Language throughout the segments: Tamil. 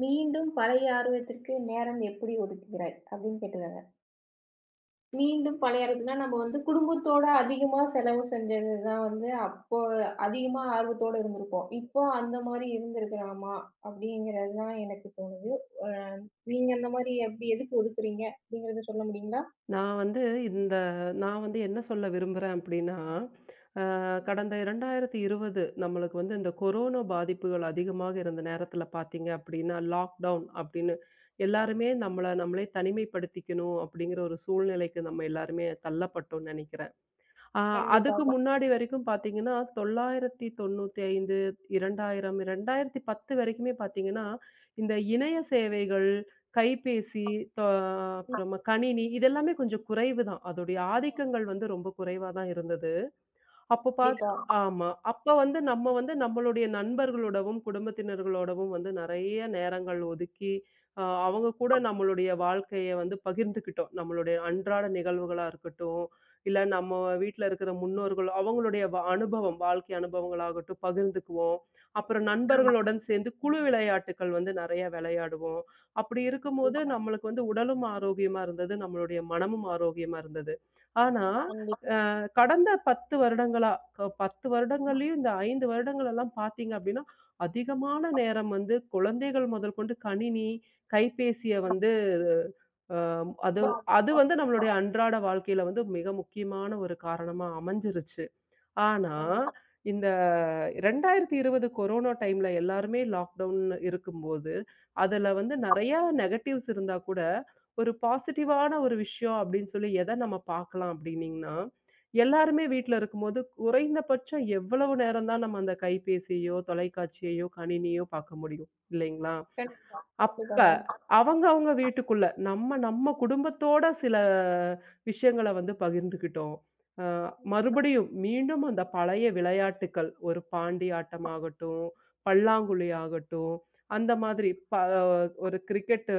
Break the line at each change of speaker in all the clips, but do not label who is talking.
மீண்டும் பழைய ஆர்வத்திற்கு நேரம் எப்படி ஒதுக்குகிறாய்? அப்படின்னு கேட்டிருக்காங்க. மீண்டும் பழைய ஆர்வத்துக்குனா, நம்ம வந்து குடும்பத்தோட அதிகமா செலவு செஞ்சது தான் வந்து அப்போ அதிகமா ஆர்வத்தோட இருந்திருப்போம். இப்போ அந்த மாரி இருந்திருக்கலாமா? அப்படிங்கிறது தான் எனக்கு தோணுது. அ நீங்க அந்த மாரி எப்படி எதுக்கு ஒதுக்குறீங்க? அப்படிங்கிறத சொல்ல முடியுங்களா?
நான் வந்து இந்த நான் வந்து என்ன சொல்ல விரும்புறேன் அப்படின்னா, அ கடந்த 2020 நம்மளுக்கு வந்து இந்த கொரோனா பாதிப்புகள் அதிகமாக இருந்த நேரத்தில பார்த்தீங்க அப்படின்னா, லாக்டவுன் அப்படின்னு எல்லாருமே நம்மள நம்மளே தனிமைப்படுத்திக்கணும் அப்படிங்கிற ஒரு சூழ்நிலைக்கு நம்ம எல்லாருமே தள்ளப்பட்டோம்னு நெனைக்கிறேன். ஆ அதுக்கு
கண்டிப்பாக.
முன்னாடி வரைக்கும் பார்த்தீங்கன்னா, 995, 2000, 2010 வரைக்குமே பார்த்தீங்கன்னா, இந்த இணைய
ம்,
சேவைகள், கைபேசி, தொ
ம்.
அப்புறமா கணினி இதெல்லாமே கொஞ்சம் குறைவு தான். அதோடைய ஆதிக்கங்கள் வந்து ரொம்ப குறைவா தான் இருந்தது. அப்ப பாத்
கண்டிப்பா.
ஆமா. அப்ப வந்து நம்ம வந்து நம்மளுடைய நண்பர்களோடவும், குடும்பத்தினர்களோடவும் வந்து நெறைய நேரங்கள் ஒதுக்கி, அவங்க கூட நம்மளுடைய வாழ்க்கைய வந்து பகிர்ந்துக்கிட்டோம். நம்மளுடைய அன்றாட நிகழ்வுகளா இருக்கட்டும், இல்ல நம்ம வீட்ல இருக்கிற முன்னோர்கள் அவங்களுடைய அனுபவம், வாழ்க்கை அனுபவங்களாகட்டும் பகிர்ந்துக்குவோம். அப்புறம்
ம்.
நண்பர்களுடன் சேர்ந்து குழு விளையாட்டுக்கள் வந்து நெறைய விளையாடுவோம். அப்படி இருக்கும்போது
கண்டிப்பா,
நம்மளுக்கு வந்து உடலும் ஆரோக்கியமா இருந்தது, நம்மளுடைய மனமும் ஆரோக்கியமா இருந்தது. ஆனா
கண்டிப்பா.
கடந்த 10 வருடங்களா, 10
ம், ம்.
வருடங்கள்லயும் இந்த 5 வருடங்கள் எல்லாம் பார்த்தீங்க அப்படின்னா, அதிகமான நேரம் வந்து குழந்தைகள் முதற்கொண்டு கணினி, கைபேசிய வந்து அ அது
ரொம்ப
அது
அதிகமா
வந்து நம்மளுடைய
இருக்கு.
அன்றாட வாழ்க்கையில வந்து மிக முக்கியமான ஒரு காரணமா அமைஞ்சிருச்சு. ஆனா,
கண்டிப்பா,
இந்த 2020 கொரோனா டைம்ல எல்லாருமே லாக்டவுன் இருக்கும்போது, அதுல வந்து நெறைய நெகட்டிவ்ஸ் இருந்தா கூட, ஒரு பாசிட்டிவான ஒரு விஷயம் அப்படின்னு சொல்லி எதை நம்ம பார்க்கலாம் அப்படின்னீங்கன்னா, எல்லாருமே வீட்ல இருக்கும்போது குறைந்தபட்சம் எவ்வளவு நேரம் தான் நம்ம அந்த கைபேசியையோ, தொலைக்காட்சியையோ, கணினியோ பார்க்க முடியும் இல்லைங்களா?
கண்டிப்பா.
அப்ப,
கண்டிப்பாங்க.
அவங்க அவங்க வீட்டுக்குள்ள, நம்ம நம்ம குடும்பத்தோட சில விஷயங்கள வந்து பகிர்ந்துக்கிட்டோம். அ
ம், ம்,
மறுபடியும் மீண்டும் அந்த பழைய விளையாட்டுக்கள், ஒரு பாண்டி ஆட்டமாகட்டும், பல்லாங்குழி ஆகட்டும், அந்த மாதிரி ஒரு கிரிக்கெட்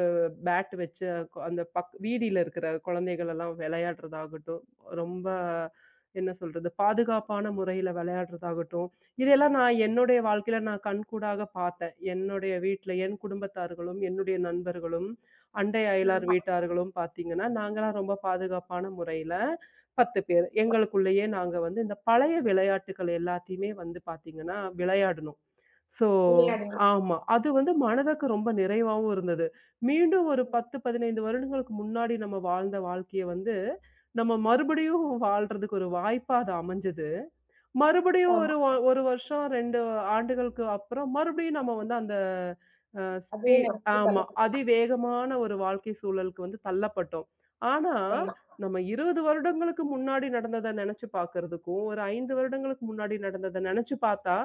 பேட் வச்சு அந்த பக் வீதியில இருக்கிற குழந்தைகள் எல்லாம் விளையாடுறதாகட்டும், ரொம்ப என்ன சொல்றது, பாதுகாப்பான முறையில விளையாடுறதாகட்டும், இதெல்லாம் நான் என்னுடைய வாழ்க்கையில நான் கண்கூடாக பார்த்தேன். என்னுடைய வீட்ல என் குடும்பத்தார்களும், என்னுடைய நண்பர்களும், அண்டை அயலார்
ம்.
வீட்டார்களும் பார்த்தீங்கன்னா, நாங்கலாம் ரொம்ப பாதுகாப்பான முறையில 10 பேர். எங்களுக்குள்ளேயே நாங்க வந்து இந்த பழைய விளையாட்டுக்கள் எல்லாத்தையுமே வந்து பார்த்தீங்கன்னா, விளையாடினோம். ஸோ
விளையாடுங்க.
ஆமா. அது வந்து மனதுக்கு ரொம்ப நிறைவாவும் இருந்தது. மீண்டும் ஒரு
ம்.
10, 15 வருடங்களுக்கு முன்னாடி நம்ம வாழ்ந்த வாழ்க்கைய வந்து, நம்ம மறுபடியும் வாழ்றதுக்கு ஒரு வாய்ப்பா அது அமைஞ்சது. மறுபடியும்
ஆமா.
ஒரு 1 வருஷம் 2 ஆண்டுகளுக்கு அப்புறம் மறுபடியும் நம்ம வந்து அந்த அ ஸ்பீ
அதுவே நெக்ஸ்ட்
ஆமா.
தள்ளப்பட்டது.
அதிவேகமான ஒரு வாழ்க்கை சூழலுக்கு வந்து தள்ளப்பட்டோம். ஆனா,
கண்டிப்பா.
நம்ம 20 வருடங்களுக்கு முன்னாடி நடந்தத நெனச்சு பார்க்கறதுக்கும், ஒரு 5 வருடங்களுக்கு முன்னாடி நடந்தத நெனச்சு பார்த்தா,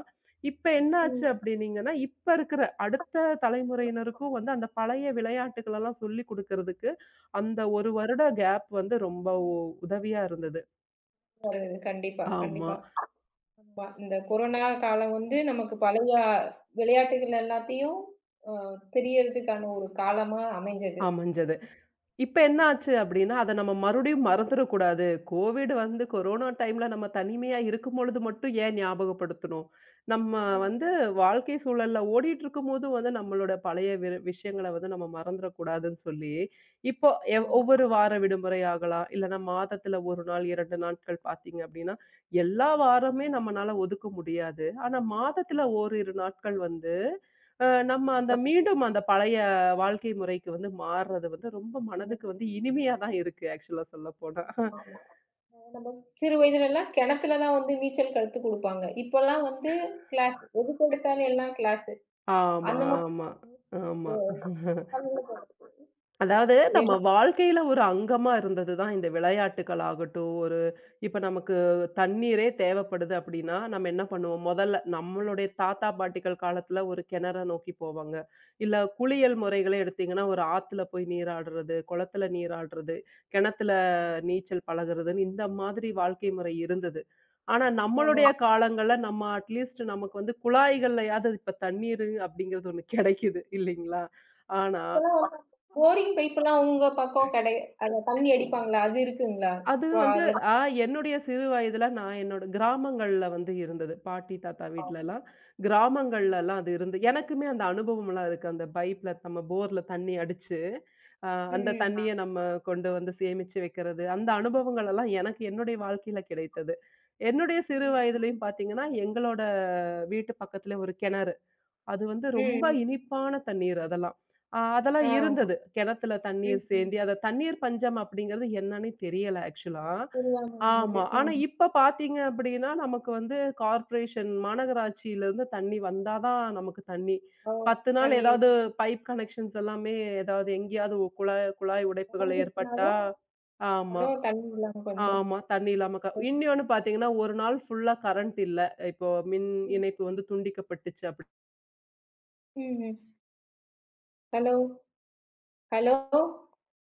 இப்ப என்ன ஆச்சு
ம்.
அப்டின்னீங்கன்னா, இப்ப இருக்கிற அடுத்த
ம்.
தலைமுறையினருக்கும் வந்து அந்த பழைய விளையாட்டுகளெல்லாம் சொல்லிக் குடுக்கறதுக்கு, அந்த 1 வருட கேப் வந்து ரொம்ப உதவியா இருந்தது.
வருது. கண்டிப்பா,
ஆமா,
கண்டிப்பா. ஆமா. இந்த கொரோனா காலம் வந்து நமக்கு பழைய விளையாட்டுகள் எல்லாத்தையும் அ தெரியறதுக்கான ஒரு காலமா அமைஞ்சது.
அமைஞ்சது. இப்ப என்ன
ம்.
ஆச்சு அப்டின்னா, அத நம்ம மறுபடியும் மறந்துறக்கூடாது. கோவிட் வந்து கொரோனா டைம்ல நம்ம தனிமையா இருக்கும்பொழுது மட்டும் ஏன் ஞாபகப்படுத்தணும்? நம்ம
ம்.
வந்து வாழ்க்கை சூழல்ல ஓடிட்டுருக்கும்போது வந்து நம்மளோட பழைய விஷயங்கள வந்து நம்ம மறந்துறக்கூடாதுன்னு சொல்லி, இப்போ
ஆ.
ஒவ்வொரு வார விடுமுறை ஆகலாம். இல்லன்னா மாதத்துல 1 நாள், 2 நாட்கள் பார்த்தீங்க அப்டின்னா, எல்லா வாரமே நம்மனால ஒதுக்க முடியாது. ஆனா மாதத்துல ஓரிரு நாட்கள் வந்து நம்ம அந்த
கண்டிப்பா.
மீண்டும் அந்த பழைய வாழ்க்கை முறைக்கு வந்து மாறுறது வந்து ரொம்ப மனதுக்கு வந்து இனிமையா தான் இருக்கு ஆக்சுவலா சொல்லப்போனா.
கண்டிப்பா. நம்ம சிறு வயதிலலாம் கிணத்துல தான் வந்து நீச்சல் கத்து குடுப்பாங்க. இப்பலாம் வந்து கிளாஸ். எதுக்கு எடுத்தாலும் எல்லாம் கிளாஸு.
ஆமா,
அந்த மாதிரி
ஆமா, ஆமா.
காலங்கள்ல
அதாவது நம்ம
வெளி
வாழ்க்கையில ஒரு அங்கமா இருந்தது தான் இந்த விளையாட்டுக்கள் ஆகட்டும். ஒரு இப்ப நமக்கு தண்ணீரே தேவைப்படுது அப்படின்னா, நம்ம என்ன பண்ணுவோம்? முதல்ல நம்மளுடைய தாத்தா, பாட்டிகள் காலத்துல ஒரு கிணற நோக்கி போவாங்க. இல்ல குளியல் முறைகளே எடுத்தீங்கன்னா, ஒரு ஆத்துல போய் நீராடுறது, குளத்துல நீராடுறது, கிணத்துல நீச்சல் பழகுறதுன்னு இந்த மாதிரி வாழ்க்கை முறை இருந்தது. ஆனா,
ஆமா.
நம்மளுடைய காலங்கள்ல நம்ம அட்லீஸ்ட் நமக்கு வந்து குழாய்கள்லயாவது இப்ப தண்ணீரு அப்படிங்கிறது ஒண்ணு கிடைக்குது இல்லைங்களா? ஆனா
இப்பலாம் வந்து போரிங் பைப்லாம் உங்க பக்கம் கடை அத தண்ணி அடிப்பாங்கல்ல, அது இருக்குங்களா?
அது
இப்போ
வந்து
அதெல்லாம்
ஆ என்னுடைய சிறு வயதில நான் என்னோட கிராமங்கள்ல வந்து இருந்தது. பாட்டி, தாத்தா வீட்லலாம்.
ம்.
கிராமங்கள்லலாம் அது இருந்து எனக்குமே அந்த அனுபவம்லாம் இருக்கு. அந்த பைப்ல நம்ம போர்ல தண்ணி அடிச்சு, அ அந்த
ம். ஆ.
தண்ணிய நம்ம கொண்டு வந்து சேமிச்சு வைக்கிறது. அந்த அனுபவங்கள் எல்லாம் எனக்கு என்னுடைய வாழ்க்கையில கிடைத்தது. என்னுடைய சிறு
ம்.
வயதிலயும் பார்த்தீங்கன்னா, எங்களோட வீட்டு பக்கத்திலே ஒரு கிணறு. அது வந்து ரொம்ப
ம்.
இனிப்பான தண்ணீர் அதெல்லாம். அதெல்லாம்
ஆ.
இருந்தது. கிணத்துல
ம்.
தண்ணீர்
ம்.
சேந்தி அத தண்ணீர் பஞ்சம் அப்படிங்கிறது என்னன்னே தெரியல ஆக்சுவலா.
தெரியாம
ஆமா.
இருந்தது.
ஆனா
ம்.
இப்ப பார்த்தீங்க அப்படின்னா, நமக்கு வந்து கார்ப்பரேஷன் மாநகராட்சியிலருந்து தண்ணி வந்தா தான் நமக்கு தண்ணி.
ஓ!
10 நாள்
தண்ணி
ஏதாவது
இருக்கும்.
பைப் கனெக்ஷன்ஸ் எல்லாமே ஏதாவது எங்கேயாவது ஒரு குழாய் குழாய் உடைப்புகள் ஏற்பட்டா
உடஞ்சிருக்குனாலும்
ஆமா,
அதுவும் தண்ணி இல்லாம வந்துரும்.
ஆமா. தண்ணி இல்லாம இன்னொன்னு பார்த்தீங்கன்னா, ஒரு நாள் ஃபுல்லா கரண்ட் இல்ல. இப்போ மின்
ம்.
இணைப்பு வந்து துண்டிக்கப்பட்டுச்சு அப்படி.
ம். ம். ஹலோ, ஹலோ,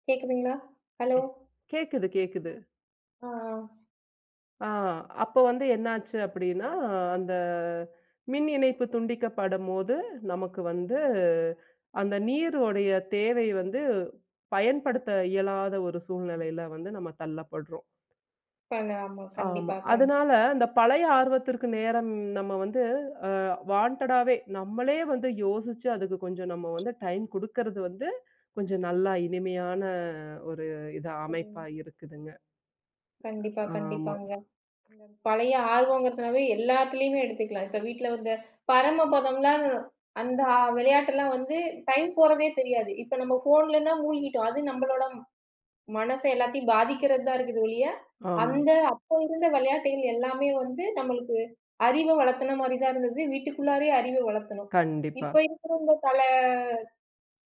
கேக்குதுங்களா? ஹலோ.
கேக்குது, கேக்குது.
அ. ஆ.
ஆ, அப்போ வந்து என்னாச்சு அப்படின்னா, அந்த மின் இணைப்பு துண்டிக்கப்படும்போது, நமக்கு வந்து
ஆ.
அந்த நீருடைய தேவை வந்து பயன்படுத்த இயலாத ஒரு சூழ்நிலையில வந்து நம்ம தள்ளப்படுறோம்.
பண்ண ஆமா.
ஆமா.
கண்டிப்பா.
அதனால அந்த பழைய ஆர்வத்திற்கு நேரம் நம்ம வந்து வாண்டடாவே நம்மளே வந்து யோசிச்சு அதுக்கு கொஞ்சம் நம்ம வந்து டைம் குடுக்கறது வந்து கொஞ்சம் நல்லா இனிமையான ஒரு இதா அமைப்பா
ம்.
இருக்குதுங்க.
கண்டிப்பா,
ஆமா,
கண்டிப்பாங்க. பழைய ஆர்வங்கிறதுனாவே எல்லாத்துலயுமே எடுத்துக்கலாம். இப்ப வீட்ல வந்த பரமபதம்லாம் அந்த விளையாட்டெல்லாம் வந்து டைம் போறதே தெரியாது. இப்ப நம்ம ஃபோன்லன்னா மூழ்கிட்டோம். அது நம்மளோட மனச எல்லாத்தையும் பாதிக்கிறது தான் இருக்குது ஒழிய,
ஆமா.
அந்த அப்போ இருந்த விளையாட்டுகள் எல்லாமே வந்து நம்மளுக்கு அறிவ வளர்த்தன மாரி தான் இருந்தது. வீட்டுக்குள்ளாரயே அறிவ வளர்த்தணும்.
கண்டிப்பா.
இப்ப இருக்கிற இந்த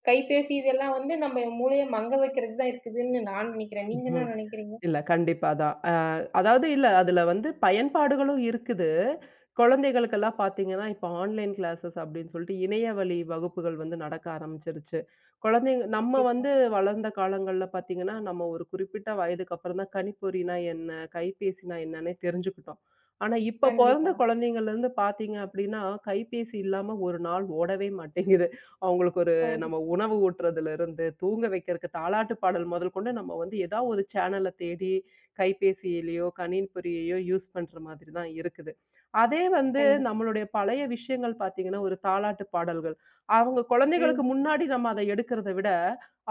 கைபேசி இதெல்லாம் வந்து நம்ம மூளைய மங்க வைக்கிறது தான் இருக்குதுன்னு நான் நினைக்கிறேன். நீங்க என்ன நினைக்கிறீங்க?
இல்ல. கண்டிப்பா தான். அதாவது இல்ல அதுல வந்து பயன்பாடுகளும் இருக்குது.
ம்.
குழந்தைகளுக்கெல்லாம் பார்த்தீங்கன்னா, இப்ப ஆன்லைன் கிளாஸஸ் அப்படின்னு சொல்லிட்டு இணையவழி வகுப்புகள் வந்து நடக்க ஆரம்பிச்சிருச்சு. குழந்தைங்க நம்ம
கண்டிப்பா,
வந்து வளர்ந்த காலங்கள்ல பார்த்தீங்கன்னா, நம்ம ஒரு குறிப்பிட்ட வயதுக்கு அப்புறம் தான் கணிப்பொறினா என்ன? கைபேசினா என்னன்னே தெரிஞ்சுக்கிட்டோம். ஆனா, இப்ப பொறந்த
கண்டிப்பாக.
குழந்தைங்கள்ல இருந்து பார்த்தீங்க அப்படின்னா, கைபேசி இல்லாம ஒரு நாள் ஓடவே மாட்டேங்குது. அவங்களுக்கு ஒரு
கண்டி
நம்ம உணவு ஊட்டுறதுல இருந்து, தூங்க வைக்கிறதுக்கு தாலாட்டு பாடல் முதல் கொண்டு நம்ம வந்து ஏதா ஒரு சேனல தேடி, கைபேசியிலயோ, கணின்பொறியையோ யூஸ் பண்ற மாதிரி தான் இருக்குது. அதே வந்து
கண்டிப்பா.
நம்மளுடைய பழைய விஷயங்கள் பார்த்தீங்கன்னா, ஒரு தாலாட்டு பாடல்கள். அவங்க குழந்தைகளுக்கு
ம்.
முன்னாடி நம்ம அத எடுக்கிறத விட,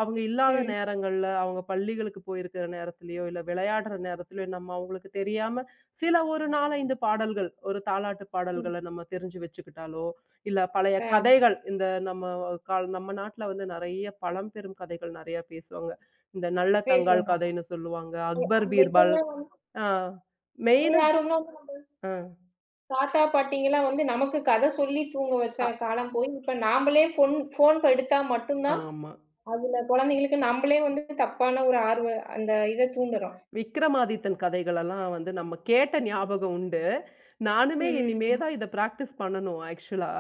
அவங்க இல்லாத
ம்,
நேரங்கள்ல, அவங்க பள்ளிகளுக்கு போயிருக்கிற நேரத்திலயோ, இல்ல விளையாடுற நேரத்திலயோ, நம்ம அவங்களுக்கு தெரியாம சில ஒரு 4, 5 பாடல்கள், ஒரு தாலாட்டு
ம்.
பாடல்கள நம்ம தெரிஞ்சு வச்சுக்கிட்டாலோ, இல்ல பழைய
ஆ,
கதைகள். இந்த நம்ம நம்ம நாட்ல வந்து நெறைய பழம்பெரும் கதைகள் நெறைய பேசுவாங்க. இந்த நல்ல
பேர்
தங்காள்
சொல்லலாமா?
கதைன்னு சொல்லுவாங்க. அக்பர்,
அந்த
பீர்பால்.
இதெல்லாம்
ஆ
நம்ம
மெயினா
யாரும்னா
ஆ.
தாத்தா, பாட்டிங்கலாம் வந்து நமக்கு கதை சொல்லி தூங்க
அ
வச்ச காலம் போய், இப்ப நாமளே ஃபோன் எடுத்தா மட்டும் தான்,
ஆமா.
அதுல குழந்தைங்களுக்கு நம்மளே வந்து தப்பான ஒரு அந்த இத தூண்டுறோம்.
விக்ரமாதித்தன் கதைகளெல்லாம் வந்து நம்ம கேட்ட ஞாபகம் உண்டு. நானுமே
ம்,
இனிமே
ம்.
தான் இத பிராக்டிஸ் பண்ணணும் ஆக்சுவலா.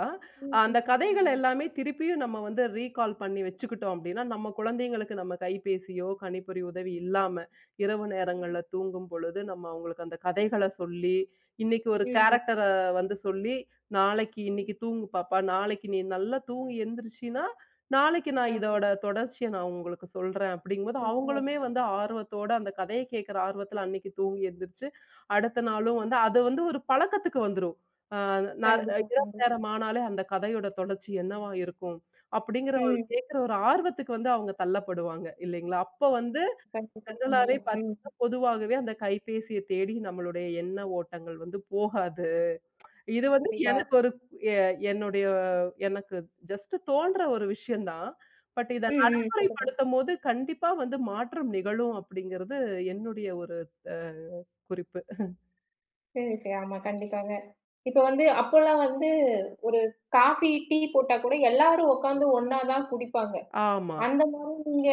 ம்,
அந்த
ம்,
கதைகள்
ம்.
எல்லாமே திருப்பியும் நம்ம வந்து ரீகால் பண்ணி வச்சுக்கிட்டோம் அப்டின்னா, நம்ம குழந்தைங்களுக்கு நம்ம கைபேசியோ, கணிப்பொறி உதவி இல்லாம, இரவு
ம்,
நேரங்கள்ல தூங்கும் பொழுது நம்ம அவங்களுக்கு அந்த கதைகள சொல்லி, இன்னைக்கு ஒரு
ம்,
கேரக்டர வந்து சொல்லி, நாளைக்கு
ம்.
"இன்னைக்கு தூங்கு பாப்பா, நாளைக்கு நீ நல்லா தூங்கி எந்திரிச்சின்னா, நாளைக்கு நான்
நம்ம
இதோட தொடர்ச்சிய நான் உங்களுக்கு சொல்றேன் அப்படிங்கும்போது, அவங்களுமே வந்து ஆர்வத்தோட அந்த கதைய கேட்கிற ஆர்வத்துல அன்னைக்கு தூங்கி எந்திரிச்சு, அடுத்த நாளும் வந்து அது வந்து ஒரு பழக்கத்துக்கு வந்துரும். அ நான்
கண்டிப்பா,
இரவு
கண்டிப்பா.
நேரம் ஆனாலே அந்த கதையோட தொடர்ச்சி என்னவா இருக்கும்? அப்படிங்கிற ஒரு
ம்.
கேட்கிற ஒரு ஆர்வத்துக்கு வந்து அவங்க தள்ளப்படுவாங்க இல்லைங்களா? அப்ப வந்து
கண்டிப்பா,
ஜெனரலாவே
கண்டிப்பா. ம்.
பார்த்தீங்கன்னா, பொதுவாகவே அந்த கைபேசிய தேடி நம்மளுடைய எண்ண ஓட்டங்கள் வந்து போகாது. இது வந்து
கண்டிப்பா.
எ என்னுடைய எனக்கு ஜஸ்ட் தோன்ற ஒரு விஷயம் தான். பட் இத
ம், ம். சொல்லுங்க.
நடைமுறைப்படுத்தும்போது கண்டிப்பா வந்து மாற்றம் நிகழும் அப்படிங்கிறது என்னுடைய ஒரு அ குறிப்பு.
சரி, சரி. ஆமா, கண்டிப்பாங்க. இப்ப வந்து அப்போலாம் வந்து ஒரு காஃபி, டீ போட்டா கூட எல்லாரும் உட்காந்து ஒண்ணா தான் குடிப்பாங்க.
ஆமா.
அந்த மாரி நீங்க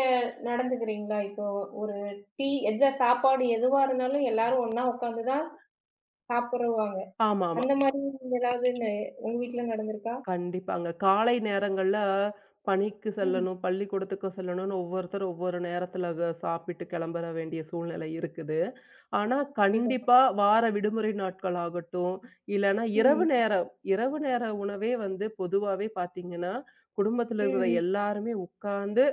நடந்துக்கிறீங்களா? இப்போ ஒரு டீ எந்த சாப்பாடு எதுவா இருந்தாலும் எல்லாரும் ஒண்ணா உட்காந்து தான் சாப்பிடுவாங்க.
ஆமாமா.
அந்த மாரி ஏதாவது உங்க வீட்ல நடந்திருக்கா?
கண்டிப்பாங்க. காலை நேரங்கள்ல பணிக்கு
ம்.
செல்லணும், பள்ளிக்கூடத்துக்கு செல்லணும்னு ஒவ்வொருத்தர் ஒவ்வொரு நேரத்துல சாப்பிட்டு கிளம்பற வேண்டிய சூழ்நிலை இருக்குது. ஆனா,
கண்டிப்பாங்க.
கண்டிப்பா வார விடுமுறை நாட்கள் ஆகட்டும், இல்லன்னா
ம்.
இரவு நேர உணவே வந்து பொதுவாவே பார்த்தீங்கன்னா, குடும்பத்துல இருக்கிற
ம். ம்.
எல்லாருமே உட்கார்ந்து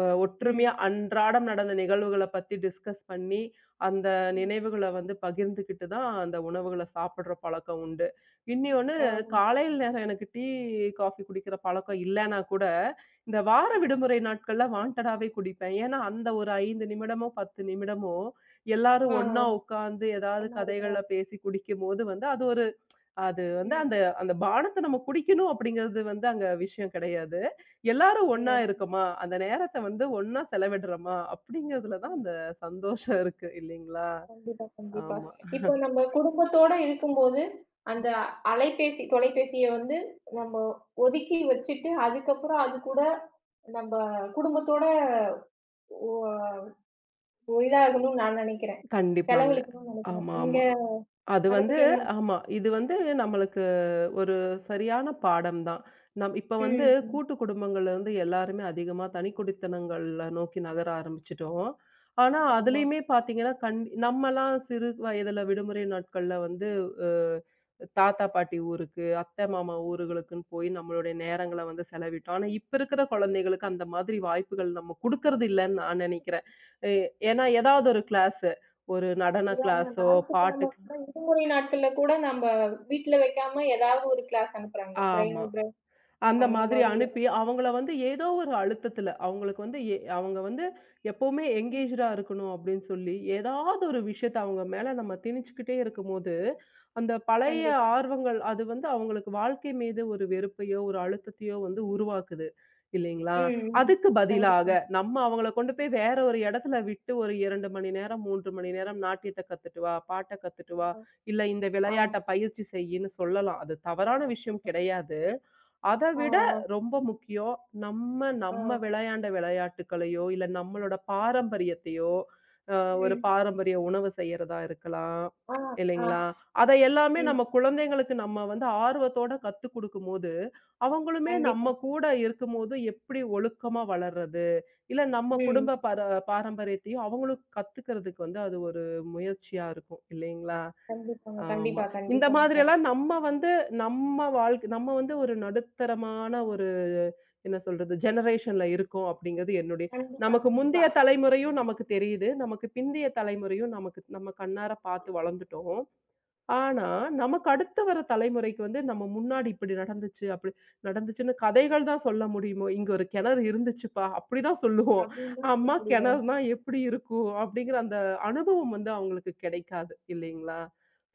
ம்.
ஒற்றுமையா அன்றாடம் நடந்த நிகழ்வுகள பத்தி டிஸ்கஸ் பண்ணி, அந்த
ம்.
நினைவுகள வந்து பகிர்ந்துகிட்டு தான் அந்த உணவுகள சாப்பிடுற பழக்கம் உண்டு. இன்னியொன்னு,
ஆ.
காலையில நேரம் எனக்கு டீ, காஃபி குடிக்கிற பழக்கம் இல்லன்னா கூட, இந்த வார
ஆ.
விடுமுறை நாட்கள்ல வாண்டடாவே குடிப்பேன். ஏன்னா, அந்த ஒரு 5 நிமிடமோ, 10 நிமிடமோ எல்லாரும்
ஆ.
ஒண்ணா
ஆ.
உட்காந்து ஏதாவது
ஒண்ணா
கதைகள
இருக்கிறாங்க.
பேசி குடிக்கும்போது வந்து, அது ஒரு அது வந்து
ம்.
அந்த அந்த பானத்த நம்ம குடிக்கணும் அப்படிங்கிறது வந்து அங்க விஷயம் கிடையாது. எல்லாரும் ஒண்ணா
கிடையாது.
இருக்கோமா, அந்த நேரத்த வந்து ஒண்ணா செலவிடுறோமா, அப்படிங்கிறதுல தான்
ம்.
அந்த சந்தோஷம் இருக்கு இல்லைங்களா?
கண்டிப்பா, கண்டிப்பா.
ஆமா.
இப்போ நம்ம குடும்பத்தோட இருக்கும்போது, அந்த அலைபேசி, தொலைபேசிய வந்து நம்ம ஒதுக்கி வச்சுட்டு, அதுக்கப்புறம் அது கூட நம்ப குடும்பத்தோட ஒ ஒரு இதாகணும்னு நான் நெனைக்கிறேன்.
கண்டிப்பாங்க.
செலவழிக்கணும்னு நெனைக்கிறேன்.
ஆமா,
நீங்க
ஆமா. அது
அத
வந்து
பத்தி என்ன
ஆமா. இது வந்து நம்மளுக்கு ஒரு சரியான பாடம் தான். இப்ப வந்து
ம், ம்.
கூட்டு குடும்பங்கள்ல இருந்து எல்லாருமே அதிகமா தனிக்குடித்தனங்கள்ல நோக்கி நகர ஆரம்பிச்சுட்டோம். ஆனா,
ஆமா.
அதுலயுமே பார்த்தீங்கன்னா, நம்மலாம் சிறு வயதுல விடுமுறை நாட்கள்ல வந்து அ தாத்தா, பாட்டி ஊருக்கு, அத்தை, மாமா ஊர்களுக்குன்னு போய் நம்மளுடைய நேரங்கள வந்து செலவிட்டோம். ஆனா, இப்ப இருக்கிற குழந்தைகளுக்கு அந்த மாதிரி வாய்ப்புகள் நம்ம குடுக்கறது இல்லன்னு நான் நெனைக்கிறேன். எ ஏன்னா ஏதாவது ஒரு கிளாஸு, ஒரு நடன
உதாரண
கிளாஸோ,
நாளுக்கு
பாட்டு
நம்ம கூட விடுமுறை நாட்கள்ல கூட நம்ப வீட்ல வைக்காம ஏதாவது ஒரு கிளாஸ் அனுப்புறாங்க.
ஆமா.
பிரெயினோ பிரெயின்
அந்த
அந்த
மாதிரி
மாரி
அனுப்பி, அவங்கள வந்து ஏதோ ஒரு அழுத்தத்துல, அவங்களுக்கு வந்து அவங்க வந்து எப்பவுமே
ம்.
எங்கேஜ்டா இருக்கணும் அப்படின்னு சொல்லி, ஏதாவது ஒரு விஷயத்த அவங்க மேல நம்ம திணிச்சுக்கிட்டே இருக்கும்போது, அந்த பழைய
கண்டிப்பா.
ஆர்வங்கள் அது வந்து அவங்களுக்கு வாழ்க்கை மீது ஒரு வெறுப்பையோ, ஒரு அழுத்தத்தையோ வந்து
ம்,
உருவாக்குது. இல்லைங்களா?
ம்.
அதுக்கு பதிலாக
கண்டிப்பாங்க.
நம்ம அவங்கள கொண்டு
ம்.
போய் வேற ஒரு இடத்துல விட்டு ஒரு 2 மணி நேரம், 3 மணி நேரம் நாட்டியத்த கத்துட்டு வா, பாட்ட கத்துட்டு வா,
ஆ,
இல்ல இந்த
ஆ.
விளையாட்ட பயிற்சி செய்யின்னு சொல்லலாம். அது தவறான விஷயம்
ஆமா.
கிடையாது. அத
ஆ,
விட ரொம்ப முக்கியம், நம்ம
ஆ.
நம்ம விளையாண்ட விளையாட்டுக்களையோ, இல்ல நம்மளோட
ம்.
பாரம்பரியத்தையோ, அ ஒரு
ம்.
பாரம்பரிய உணவு செய்யறதா இருக்கலாம்,
ஆ, ஆ.
இல்லைங்களா? அத எல்லாமே
ம்.
நம்ம குழந்தைங்களுக்கு நம்ம வந்து ஆர்வத்தோட கத்துக் குடுக்கும்போது, அவங்களுமே
கண்டிப்பா.
நம்ம கூட இருக்கும்போது எப்படி ஒழுக்கமா வளர்றது, இல்ல நம்ம
ம்.
குடும்ப பார பாரம்பரியத்தையும் அவங்களும் கத்துக்கிறதுக்கு வந்து அது ஒரு முயற்சியா இருக்கும், இல்லைங்களா?
கண்டிப்பாங்க,
ஆமா.
கண்டிப்பா,
இந்த
கண்டிப்பாங்க.
மாதிரியெல்லாம் நம்ம வந்து நம்ம வாழ்க்கை நம்ம வந்து ஒரு நடுத்தரமான ஒரு என்ன சொல்றது? ஜெனரேஷன்ல இருக்கோம் அப்படிங்கிறது என்னுடைய
கண்டிப்பா,
நமக்கு
கண்டிப்பா.
முந்தைய தலைமுறையும் நமக்கு தெரியுது. நமக்கு பிந்தைய தலைமுறையும் நமக்கு நம்ம கண்ணார பார்த்து வளர்ந்துட்டோம். ஆனா, நமக்கு அடுத்து வர தலைமுறைக்கு வந்து நம்ம முன்னாடி இப்படி நடந்துச்சு, அப்படி நடந்துச்சுன்னு கதைகள் தான் சொல்ல முடியுமோ, "இங்க ஒரு கிணறு இருந்துச்சுப்பா" அப்படிதான் சொல்லுவோம்.
அப்படின்னு தான் சொல்ல
அம்மா
முடியும்.
கிணறுனா எப்படி இருக்கும்? அப்படிங்கிற அந்த அனுபவம் வந்து அவங்களுக்கு கிடைக்காது இல்லைங்களா?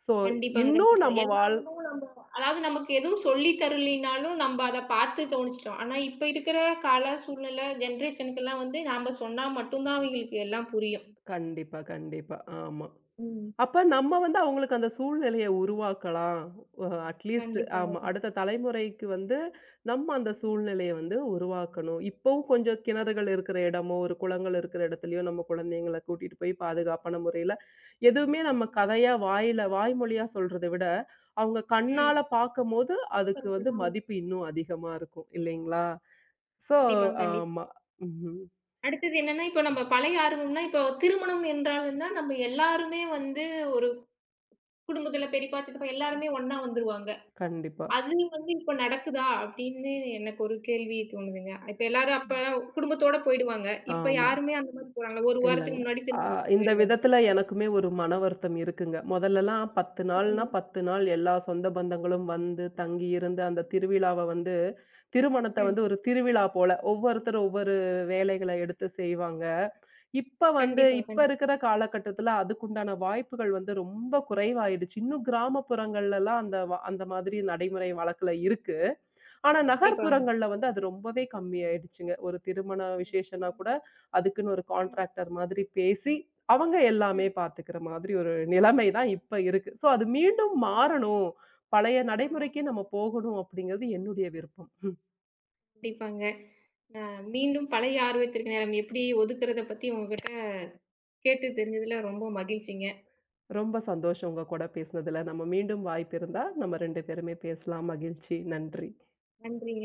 ஸோ,
கண்டிப்பாங்க,
இன்னும்
கண்டிப்பா.
நம்ம
எல்லா
வாழ்
அனுபவமும் நம்ம அதாவது நமக்கு எதுவும் சொல்லி தரலைனாலும் நம்ம அத பார்த்து தோணிச்சுட்டோம். ஆனா இப்ப இருக்கிற கால சூழ்நிலை, ஜெனரேஷனுக்கெல்லாம் வந்து நாம சொன்னா மட்டும் தான் அவங்களுக்கு எல்லாம் புரியும்.
கண்டிப்பா, கண்டிப்பா. ஆமா.
ம்.
அப்ப நம்ம வந்து அவங்களுக்கு அந்த சூழ்நிலைய உருவாக்கலாம். அ அட்லீஸ்ட்
கண்டிப்பாங்க.
ஆமா.
கண்டிப்பா.
அடுத்த தலைமுறைக்கு வந்து நம்ம அந்த
ம்.
சூழ்நிலைய வந்து உருவாக்கணும். இப்பவும் கொஞ்சம் கிணறுகள் இருக்கிற இடமோ, ஒரு குளங்கள் இருக்கிற இடத்துலயோ நம்ம குழந்தைங்கள கூட்டிட்டு போய் பாதுகாப்பான முறையில எதுவுமே நம்ம
ம்.
கதையா வாயில வாய்மொழியா சொல்றத விட, அவங்க
ம்.
கண்ணால பார்க்கும்போது
அப்ப
அதுக்கு வந்து
இருக்குதான் வந்து
மதிப்பு இன்னும் அதிகமா இருக்கும். இல்லைங்களா? ஸோ
கண்டிப்பாங்க, கண்டிப்பா.
ஆமா. ம்ஹ்ம்.
அடுத்தது என்னன்னா, இப்ப நம்ம பழைய ஆர்வம்னா, இப்போ திருமணம் என்றாலும் தான் நம்ம எல்லாருமே வந்து ஒரு குடும்பத்துல பெரியப்பா, சித்தப்பா எல்லாருமே ஒண்ணா வந்துருவாங்க.
கண்டிப்பா.
அது வந்து இப்ப நடக்குதா? அப்படின்னு எனக்கு ஒரு கேள்வி தோணுதுங்க. இப்ப எல்லாரும் அப்ப குடும்பத்தோட போயிடுவாங்க. இப்ப
ஆமா.
யாருமே அந்த மாரி போறாங்களா? ஒரு வாரத்துக்கு
இல்லங்க.
முன்னாடி
ஆ
திருமணத்துக்கு
இந்த
போயிடுவாங்க.
விதத்துல எனக்குமே ஒரு மன வருத்தம் இருக்குங்க. மொதல்லலாம்
ம்.
10 நாள் எல்லா சொந்த பந்தங்களும் வந்து, தங்கி இருந்து அந்த திருவிழாவ வந்து திருமணத்த வந்து
ம்.
ஒரு திருவிழா போல ஒவ்வொருத்தர் ஒவ்வொரு வேலைகள எடுத்து செய்வாங்க. இப்ப வந்து
கண்டிப்பா,
இப்ப
கண்டிப்பா,
இருக்கிற காலகட்டத்துல அதுக்குண்டான வாய்ப்புகள் வந்து ரொம்ப குறைவாயிடுச்சு. இன்னும் கிராமப்புறங்கள்லலாம் அந்த அந்த மாதிரி நடைமுறை வழக்குல இருக்கு. ஆனா
கண்டிப்பாங்க.
நகர்ப்புறங்கள்ல வந்து அது ரொம்பவே கம்மியாயிடுச்சுங்க. ஒரு திருமண
ம்.
விசேஷம்னா கூட, அதுக்குன்னு ஒரு
ம்.
கான்ட்ராக்டர் மாதிரி பேசி, அவங்க எல்லாமே
ம்.
பார்த்துக்கிற மாதிரி ஒரு நிலைமை தான் இப்ப இருக்கு. ஸோ அது மீண்டும்
இருக்கும்.
மாறணும். பழைய
ஆ,
நடைமுறைக்கு நம்ம போகணும் அப்படிங்கிறது என்னுடைய விருப்பம். ம்.
கண்டிப்பாங்க. நான் மீண்டும் பழைய ஆர்வத்திற்கு நேரம் எப்படி ஒதுக்குறத பத்தி உங்ககிட்ட கேட்டு தெரிஞ்சதுல ரொம்ப மகிழ்ச்சிங்க.
ரொம்ப சந்தோஷம் உங்க கூட பேசினதுல. நம்ம மீண்டும் வாய்ப்பு இருந்தா, நம்ம 2 பேருமே பேசலாம். மகிழ்ச்சி. நன்றி.
நன்றிங்க.